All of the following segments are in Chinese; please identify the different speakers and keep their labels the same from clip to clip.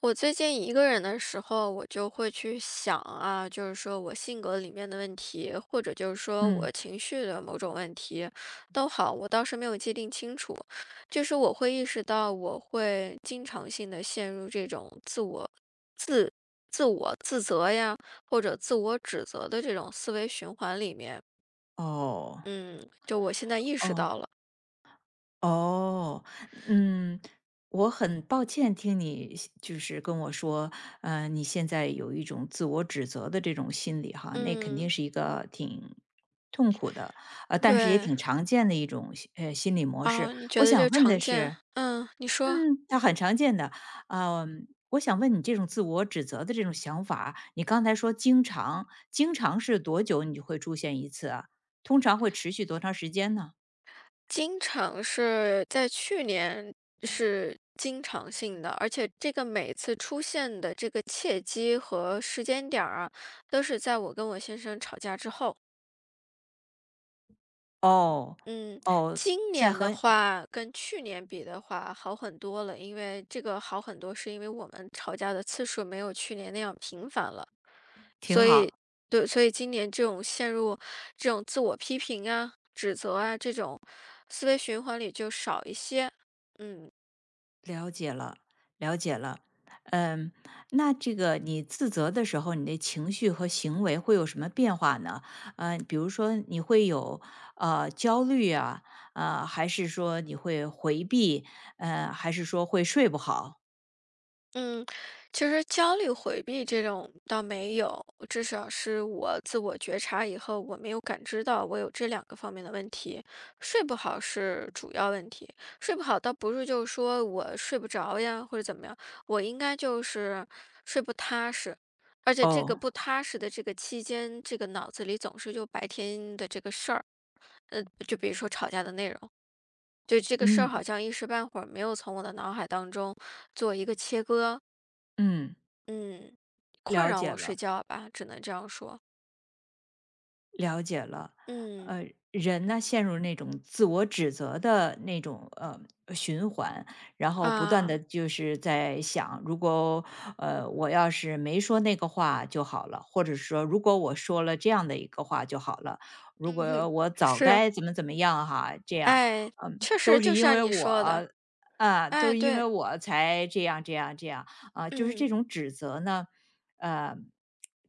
Speaker 1: 我最近一个人的时候，我就会去想啊，就是说我性格里面的问题，或者就是说我
Speaker 2: 嗯，
Speaker 1: 情绪的某种问题，都好，我倒是没有界定清楚。就是我会意识到，我会经常性的陷入这种自、自我自责呀，或者自我指责的这种思维循环里面。
Speaker 2: 哦，
Speaker 1: 嗯，就我现在意识
Speaker 2: 哦，
Speaker 1: 到了。
Speaker 2: 哦，嗯，我很抱歉听你就是跟我说，你现在有一种自我指责的这种心理哈，那肯定
Speaker 1: 嗯，
Speaker 2: 是一个挺痛苦的，但是也
Speaker 1: 对
Speaker 2: 挺常见的一种心理模式。
Speaker 1: 啊，你觉
Speaker 2: 我
Speaker 1: 得这
Speaker 2: 想问
Speaker 1: 常
Speaker 2: 的
Speaker 1: 见？
Speaker 2: 是
Speaker 1: 嗯，你说。
Speaker 2: 它很常见的，啊，我想问你这种自我指责的这种想法，你刚才说经常是多久你就会出现一次啊？通常会持续多长时间呢？
Speaker 1: 经常是在去年是经常性的，而且这个每次出现的这个契机和时间点儿啊，都是在我跟我先生吵架之后。
Speaker 2: 哦，
Speaker 1: 嗯，
Speaker 2: 哦，
Speaker 1: 今
Speaker 2: 在
Speaker 1: 年的
Speaker 2: 和
Speaker 1: 话跟去年比的话好很多了，因为这个好很多是因为我们吵架的次数没有去年那样频繁了，
Speaker 2: 挺
Speaker 1: 所以
Speaker 2: 好，
Speaker 1: 对，所以今年这种陷入这种自我批评啊、指责啊这种思维循环里就少一些。嗯，
Speaker 2: 了解了，了解了。嗯，那这个你自责的时候，你的情绪和行为会有什么变化呢？比如说你会有焦虑啊，还是说你会回避，还是说会睡不好？
Speaker 1: 嗯，其实焦虑回避这种倒没有，至少是我自我觉察以后，我没有感知到我有这两个方面的问题。睡不好是主要问题，睡不好倒不是就是说我睡不着呀或者怎么样，我应该就是睡不踏实，而且这个
Speaker 2: 哦，
Speaker 1: 不踏实的这个期间，这个脑子里总是就白天的这个事儿，就比如说吵架的内容，就这个事儿
Speaker 2: 嗯
Speaker 1: 好像一时半会儿没有从我的脑海当中做一个切割。
Speaker 2: 嗯，
Speaker 1: 嗯，困
Speaker 2: 了
Speaker 1: 扰
Speaker 2: 解
Speaker 1: 我睡
Speaker 2: 了。
Speaker 1: 觉吧，只能这样说。
Speaker 2: 了解了，
Speaker 1: 嗯，
Speaker 2: 人呢陷入那种自我指责的那种循环，然后不断的
Speaker 1: 啊，
Speaker 2: 就是在想，如果我要是没说那个话就好了，或者说如果我说了这样的一个话就好了，如
Speaker 1: 嗯哼，
Speaker 2: 果我早
Speaker 1: 是，
Speaker 2: 该怎么怎么样哈，这样，
Speaker 1: 哎，确实
Speaker 2: 都是
Speaker 1: 就
Speaker 2: 因
Speaker 1: 像
Speaker 2: 为
Speaker 1: 你说的，
Speaker 2: 我。啊，
Speaker 1: 哎，
Speaker 2: 都因为
Speaker 1: 对，
Speaker 2: 我才这样这样这样啊，就是
Speaker 1: 嗯
Speaker 2: 这种指责呢，呃，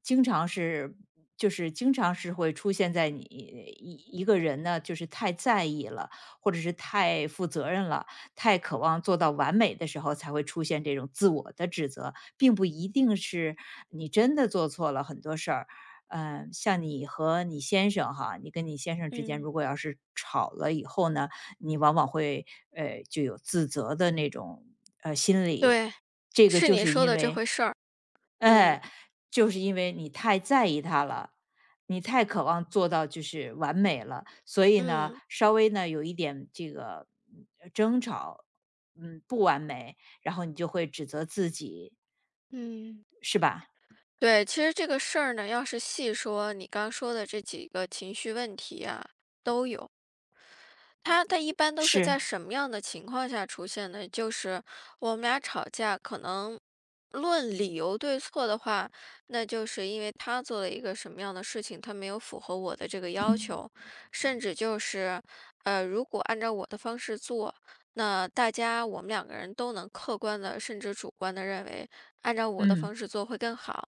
Speaker 2: 经常是会出现在你一个人呢，就是太在意了，或者是太负责任了，太渴望做到完美的时候，才会出现这种自我的指责，并不一定是你真的做错了很多事儿。像你和你先生哈，你跟你先生之间
Speaker 1: 嗯，
Speaker 2: 如果要是吵了以后呢，你往往会就有自责的那种心理，
Speaker 1: 对，
Speaker 2: 这个
Speaker 1: 是
Speaker 2: 就
Speaker 1: 你
Speaker 2: 是
Speaker 1: 说
Speaker 2: 因
Speaker 1: 的这
Speaker 2: 为
Speaker 1: 回事儿。嗯
Speaker 2: 哎，就是因为你太在意他了，你太渴望做到就是完美了，所以呢，
Speaker 1: 嗯
Speaker 2: 稍微呢有一点这个嗯争吵，不完美，然后你就会指责自己，
Speaker 1: 嗯，
Speaker 2: 是吧？
Speaker 1: 对，其实这个事儿呢，要是细说，你刚说的这几个情绪问题啊，都有。他一般都是
Speaker 2: 是，
Speaker 1: 在什么样的情况下出现呢？就是我们俩吵架，可能论理由对错的话，那就是因为他做了一个什么样的事情，他没有符合我的这个要求，甚至就是，如果按照我的方式做，那大家我们两个人都能客观的，甚至主观的认为，按照我的
Speaker 2: 嗯，
Speaker 1: 方式做会更好。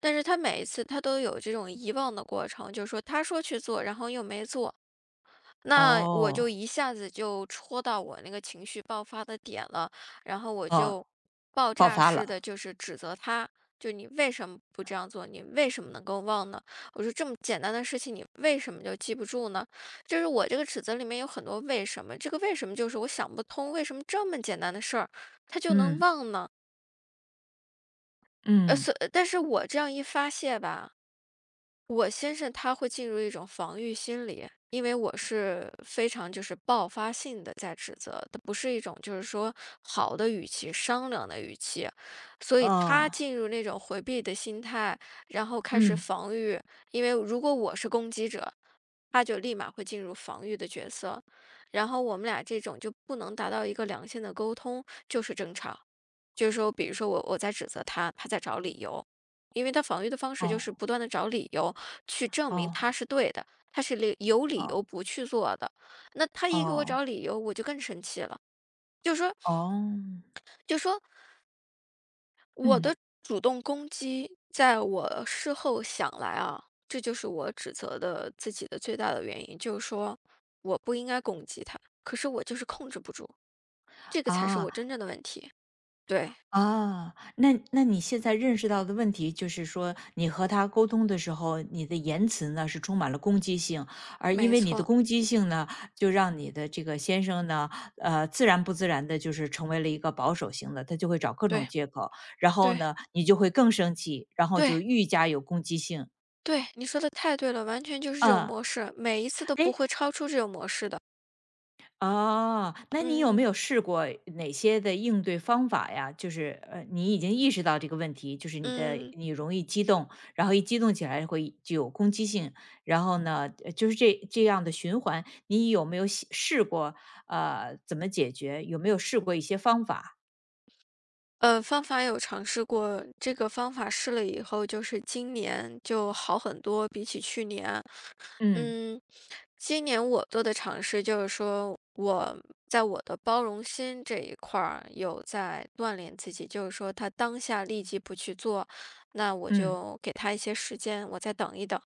Speaker 1: 但是他每一次他都有这种遗忘的过程，就是说他说去做，然后又没做，那我就
Speaker 2: 哦
Speaker 1: 一下子就戳到我那个情绪爆发的点了，然后我
Speaker 2: 哦，
Speaker 1: 就爆
Speaker 2: 爆
Speaker 1: 炸
Speaker 2: 发
Speaker 1: 式的
Speaker 2: 了，
Speaker 1: 就是指责他，就你为什么不这样做？你为什么能够忘呢？我说这么简单的事情，你为什么就记不住呢？就是我这个指责里面有很多为什么，这个为什么就是我想不通，为什么这么简单的事儿他就能
Speaker 2: 嗯
Speaker 1: 忘呢？
Speaker 2: 嗯
Speaker 1: 但是我这样一发泄吧。我先生他会进入一种防御心理，因为我是非常就是爆发性的在指责，它不是一种就是说好的语气、商量的语气，所以他
Speaker 2: 哦
Speaker 1: 进入那种回避的心态，然后开始
Speaker 2: 嗯
Speaker 1: 防御。因为如果我是攻击者，他就立马会进入防御的角色，然后我们俩这种就不能达到一个良性的沟通，就是争吵。就是说，比如说我在指责他，他在找理由，因为他防御的方式就
Speaker 2: 哦
Speaker 1: 是不断的找理由去证明
Speaker 2: 哦
Speaker 1: 他是对的，他是有理
Speaker 2: 哦
Speaker 1: 由不去做的。那他一给我
Speaker 2: 哦
Speaker 1: 找理由，我就更生气了，就说，
Speaker 2: 哦，
Speaker 1: 就说我的
Speaker 2: 嗯
Speaker 1: 主动攻击，在我事后想来啊，这就是我指责的自己的最大的原因，就是说我不应该攻击他，可是我就是控制不住，这个才是
Speaker 2: 啊。
Speaker 1: 我真正的问题。对，
Speaker 2: 啊，那你现在认识到的问题就是说，你和他沟通的时候，你的言辞呢是充满了攻击性，而因
Speaker 1: 没
Speaker 2: 为你的
Speaker 1: 错，
Speaker 2: 攻击性呢，就让你的这个先生呢，自然不自然的就是成为了一个保守型的，他就会找各
Speaker 1: 对，
Speaker 2: 种借口，然后
Speaker 1: 对，
Speaker 2: 呢，你就会更生气，然后就
Speaker 1: 对。
Speaker 2: 愈加有攻击性。
Speaker 1: 对，你说的太对了，完全就是这种模
Speaker 2: 啊，
Speaker 1: 式，每一次都不
Speaker 2: 哎，
Speaker 1: 会超出这种模式的。
Speaker 2: 哦，那你有
Speaker 1: 嗯
Speaker 2: 没有试过哪些的应对方法呀？就是，你已经意识到这个问题，就是
Speaker 1: 嗯，
Speaker 2: 你容易激动，然后一激动起来会具有攻击性，然后呢，就是这样的循环，你有没有喜试过？怎么解决？有没有试过一些方法？
Speaker 1: 方法有尝试过，这个方法试了以后，就是今年就好很多，比起去年。
Speaker 2: 嗯
Speaker 1: 嗯，今年我做的尝试就是说，我在我的包容心这一块儿有在锻炼自己，就是说他当下立即不去做，那我
Speaker 2: 嗯
Speaker 1: 就给他一些时间，我再等一等。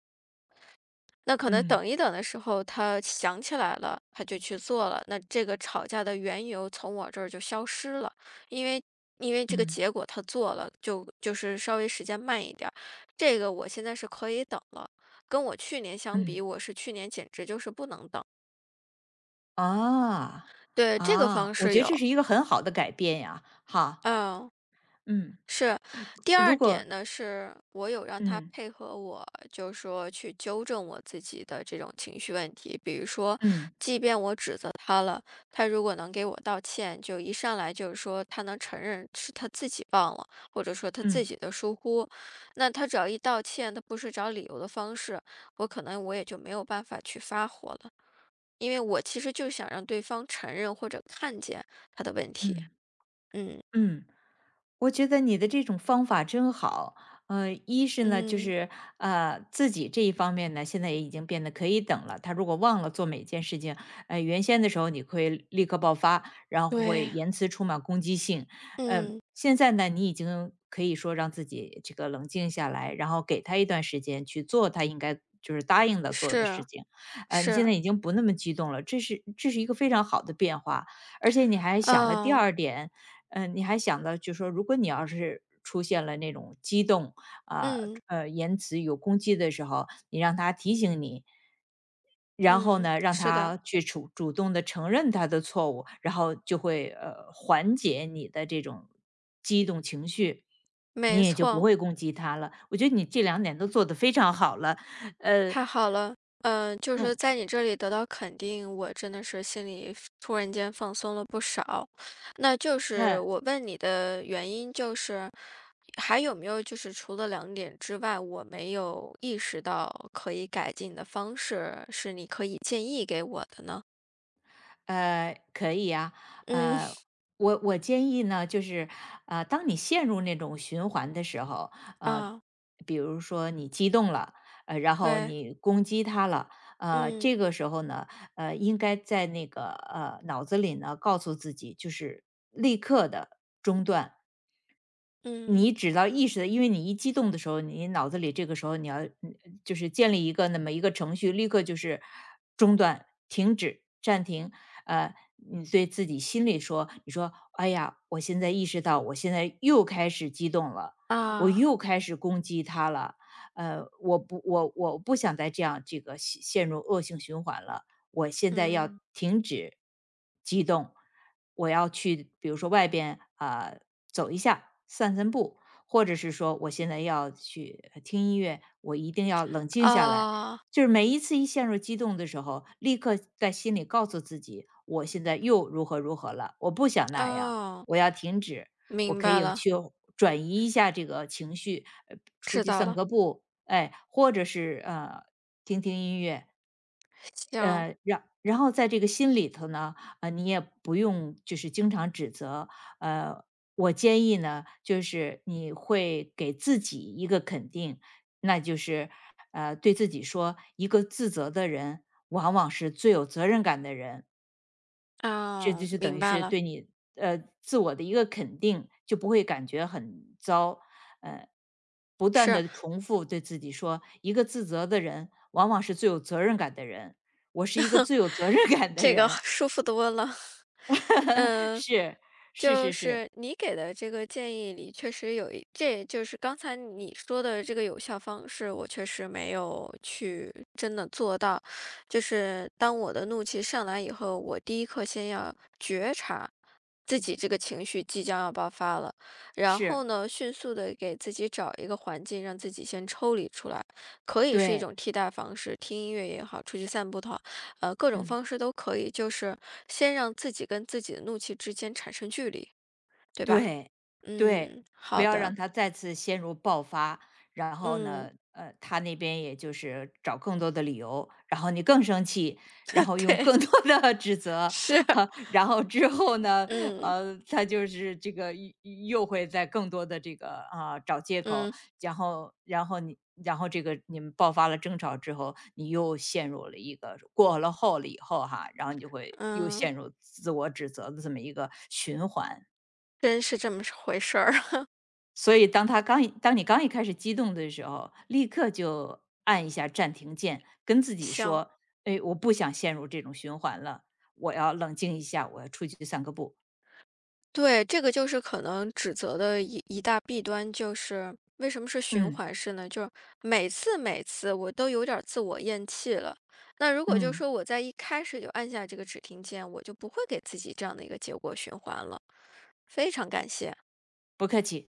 Speaker 1: 那可能
Speaker 2: 嗯
Speaker 1: 等一等的时候，他想起来了，他就去做了，那这个吵架的缘由从我这儿就消失了，因为这个
Speaker 2: 嗯
Speaker 1: 结果他做了，就是稍微时间慢一点儿，这个我现在是可以等了。跟我去年相比，
Speaker 2: 嗯，
Speaker 1: 我是去年简直就是不能等。
Speaker 2: 啊
Speaker 1: 对，这个
Speaker 2: 啊，
Speaker 1: 方
Speaker 2: 我
Speaker 1: 式
Speaker 2: 觉得
Speaker 1: 有，
Speaker 2: 这是一个很好的改变呀。好，
Speaker 1: 嗯。
Speaker 2: 嗯，
Speaker 1: 是，第二
Speaker 2: 如果
Speaker 1: 点呢，是我有让他配合我，就是说去纠正我自己的这种情绪问题。比如说，
Speaker 2: 嗯
Speaker 1: 即便我指责他了，他如果能给我道歉，就一上来就是说他能承认是他自己忘了，或者说他
Speaker 2: 嗯
Speaker 1: 自
Speaker 2: 嗯
Speaker 1: 己的疏忽，那他只要一道歉，他不是找理由的方式，我可能我也就没有办法去发火了，因为我其实就想让对方承认或者看见他的问
Speaker 2: 嗯
Speaker 1: 题。
Speaker 2: 嗯。
Speaker 1: 嗯
Speaker 2: 嗯我觉得你的这种方法真好，一是呢，就
Speaker 1: 嗯，
Speaker 2: 是自己这一方面呢，现在也已经变得可以等了。他如果忘了做每件事情，原先的时候你会立刻爆发，然后会
Speaker 1: 对。
Speaker 2: 言辞充满攻击性，嗯，
Speaker 1: 嗯。
Speaker 2: 现在呢，你已经可以说让自己这个冷静下来，然后给他一段时间去做他应该就是答应的做的事
Speaker 1: 是，
Speaker 2: 情，你现在
Speaker 1: 是，
Speaker 2: 已经不那么激动了，这是一个非常好的变化，而且你还想了第
Speaker 1: 嗯，
Speaker 2: 二点，嗯，你还想到就是说，如果你要是出现了那种激动啊，
Speaker 1: 嗯，
Speaker 2: 言辞有攻击的时候，你让他提醒你，然后
Speaker 1: 嗯，
Speaker 2: 呢，让
Speaker 1: 是的，
Speaker 2: 他去主动的承认他的错误，然后就会，缓解你的这种激动情绪，
Speaker 1: 没
Speaker 2: 你也就不
Speaker 1: 错，
Speaker 2: 会攻击他了。我觉得你这两点都做得非常好了，嗯
Speaker 1: 太好了，嗯，就是
Speaker 2: 嗯，
Speaker 1: 在你这里得到肯定，我真的是心里突然间放松了不少。那就是
Speaker 2: 那
Speaker 1: 我问你的原因，就是还有没有就是除了两点之外，我没有意识到可以改进的方式，是你可以建议给我的呢？
Speaker 2: 可以啊，
Speaker 1: 嗯，
Speaker 2: 呃，我建议呢，就是当你陷入那种循环的时候，呃，
Speaker 1: 啊，
Speaker 2: 比如说你激动了，然后
Speaker 1: 对，
Speaker 2: 你攻击他了，
Speaker 1: 嗯，
Speaker 2: 这个时候呢，应该在那个脑子里呢，告诉自己就是立刻的中断，
Speaker 1: 嗯，
Speaker 2: 你只要意识到，因为你一激动的时候，你脑子里这个时候你要就是建立一个那么一个程序，立刻就是中断、停止、暂停。你对自己心里说，你说：“哎呀，我现在意识到我现在又开始激动了，我
Speaker 1: 啊，
Speaker 2: 又开始攻击他了，我不想再这样这个陷入恶性循环了。”我现在要
Speaker 1: 嗯，
Speaker 2: 停止激动，我要去，比如说外边啊、走一下，散散步，或者是说我现在要去听音乐，我一定要冷静下来。
Speaker 1: 啊。
Speaker 2: 就是每一次一陷入激动的时候，立刻在心里告诉自己，我现在又如何如何了，我不想那样，
Speaker 1: 哦，
Speaker 2: 我要停止，我
Speaker 1: 明
Speaker 2: 可
Speaker 1: 白
Speaker 2: 以
Speaker 1: 了，
Speaker 2: 去转移一下这个情绪，出
Speaker 1: 知
Speaker 2: 去
Speaker 1: 道
Speaker 2: 散
Speaker 1: 了，
Speaker 2: 个步，哎，或者是听听音乐，
Speaker 1: 行，
Speaker 2: 然后在这个心里头呢，你也不用就是经常指责，呃，我建议呢，就是你会给自己一个肯定，那就是对自己说，一个自责的人往往是最有责任感的人，这
Speaker 1: 哦，
Speaker 2: 就是等
Speaker 1: 明
Speaker 2: 于
Speaker 1: 白
Speaker 2: 是
Speaker 1: 了，
Speaker 2: 对你自我的一个肯定，就不会感觉很糟。呃，不断
Speaker 1: 是，
Speaker 2: 的重复对自己说，一个自责的人往往是最有责任感的人。我是一个最有责任感的
Speaker 1: 这个
Speaker 2: 人，
Speaker 1: 舒服多了。嗯，
Speaker 2: 是是
Speaker 1: 就
Speaker 2: 是是
Speaker 1: 是你给的这个建议里，确实有一，这就是刚才你说的这个有效方式，我确实没有去真的做到。就是当我的怒气上来以后，我第一刻先要觉察自己这个情绪即将要爆发了，然
Speaker 2: 是，
Speaker 1: 后呢，迅速的给自己找一个环境，让自己先抽离出来，可以是一
Speaker 2: 对，
Speaker 1: 种替代方式，听音乐也好，出去散步也好各种
Speaker 2: 嗯。
Speaker 1: 方式都可以，就是先让自己跟自己的怒气之间产生距离，对吧？
Speaker 2: 对，对，
Speaker 1: 嗯，
Speaker 2: 不
Speaker 1: 好
Speaker 2: 要让
Speaker 1: 的，
Speaker 2: 他再次陷入爆发，然后
Speaker 1: 嗯，
Speaker 2: 呢，他那边也就是找更多的理由，然后你更生气，然 后用
Speaker 1: 对，
Speaker 2: 更多的 指责，
Speaker 1: 是，
Speaker 2: 然后之后呢，
Speaker 1: 嗯
Speaker 2: 他就是这个又会在更多的这个啊、找借口，
Speaker 1: 嗯
Speaker 2: 然后然后你然后这个你们爆发了争吵之后，你又陷入了一个过了后了以后哈，然后你就会又
Speaker 1: 嗯，
Speaker 2: 陷入自我指责的这么一个循环。
Speaker 1: 真是这么回事儿啊。
Speaker 2: 所以当你刚一开始激动的时候，立刻就按一下暂停键，跟自 己
Speaker 1: 行，
Speaker 2: 说：“哎，我不想陷入这种循环了，我要冷静一下，我要出去散个步。”
Speaker 1: 对，这个就是可能指责的一大弊端，就是为什么是循
Speaker 2: 嗯
Speaker 1: 环式呢？就是每次我都有点儿自我厌弃了。那如果就
Speaker 2: 嗯，
Speaker 1: 说我在一开始就按下这个止停键，我就不会给自己这样的一个结果循环了。非常感谢。
Speaker 2: 不客气。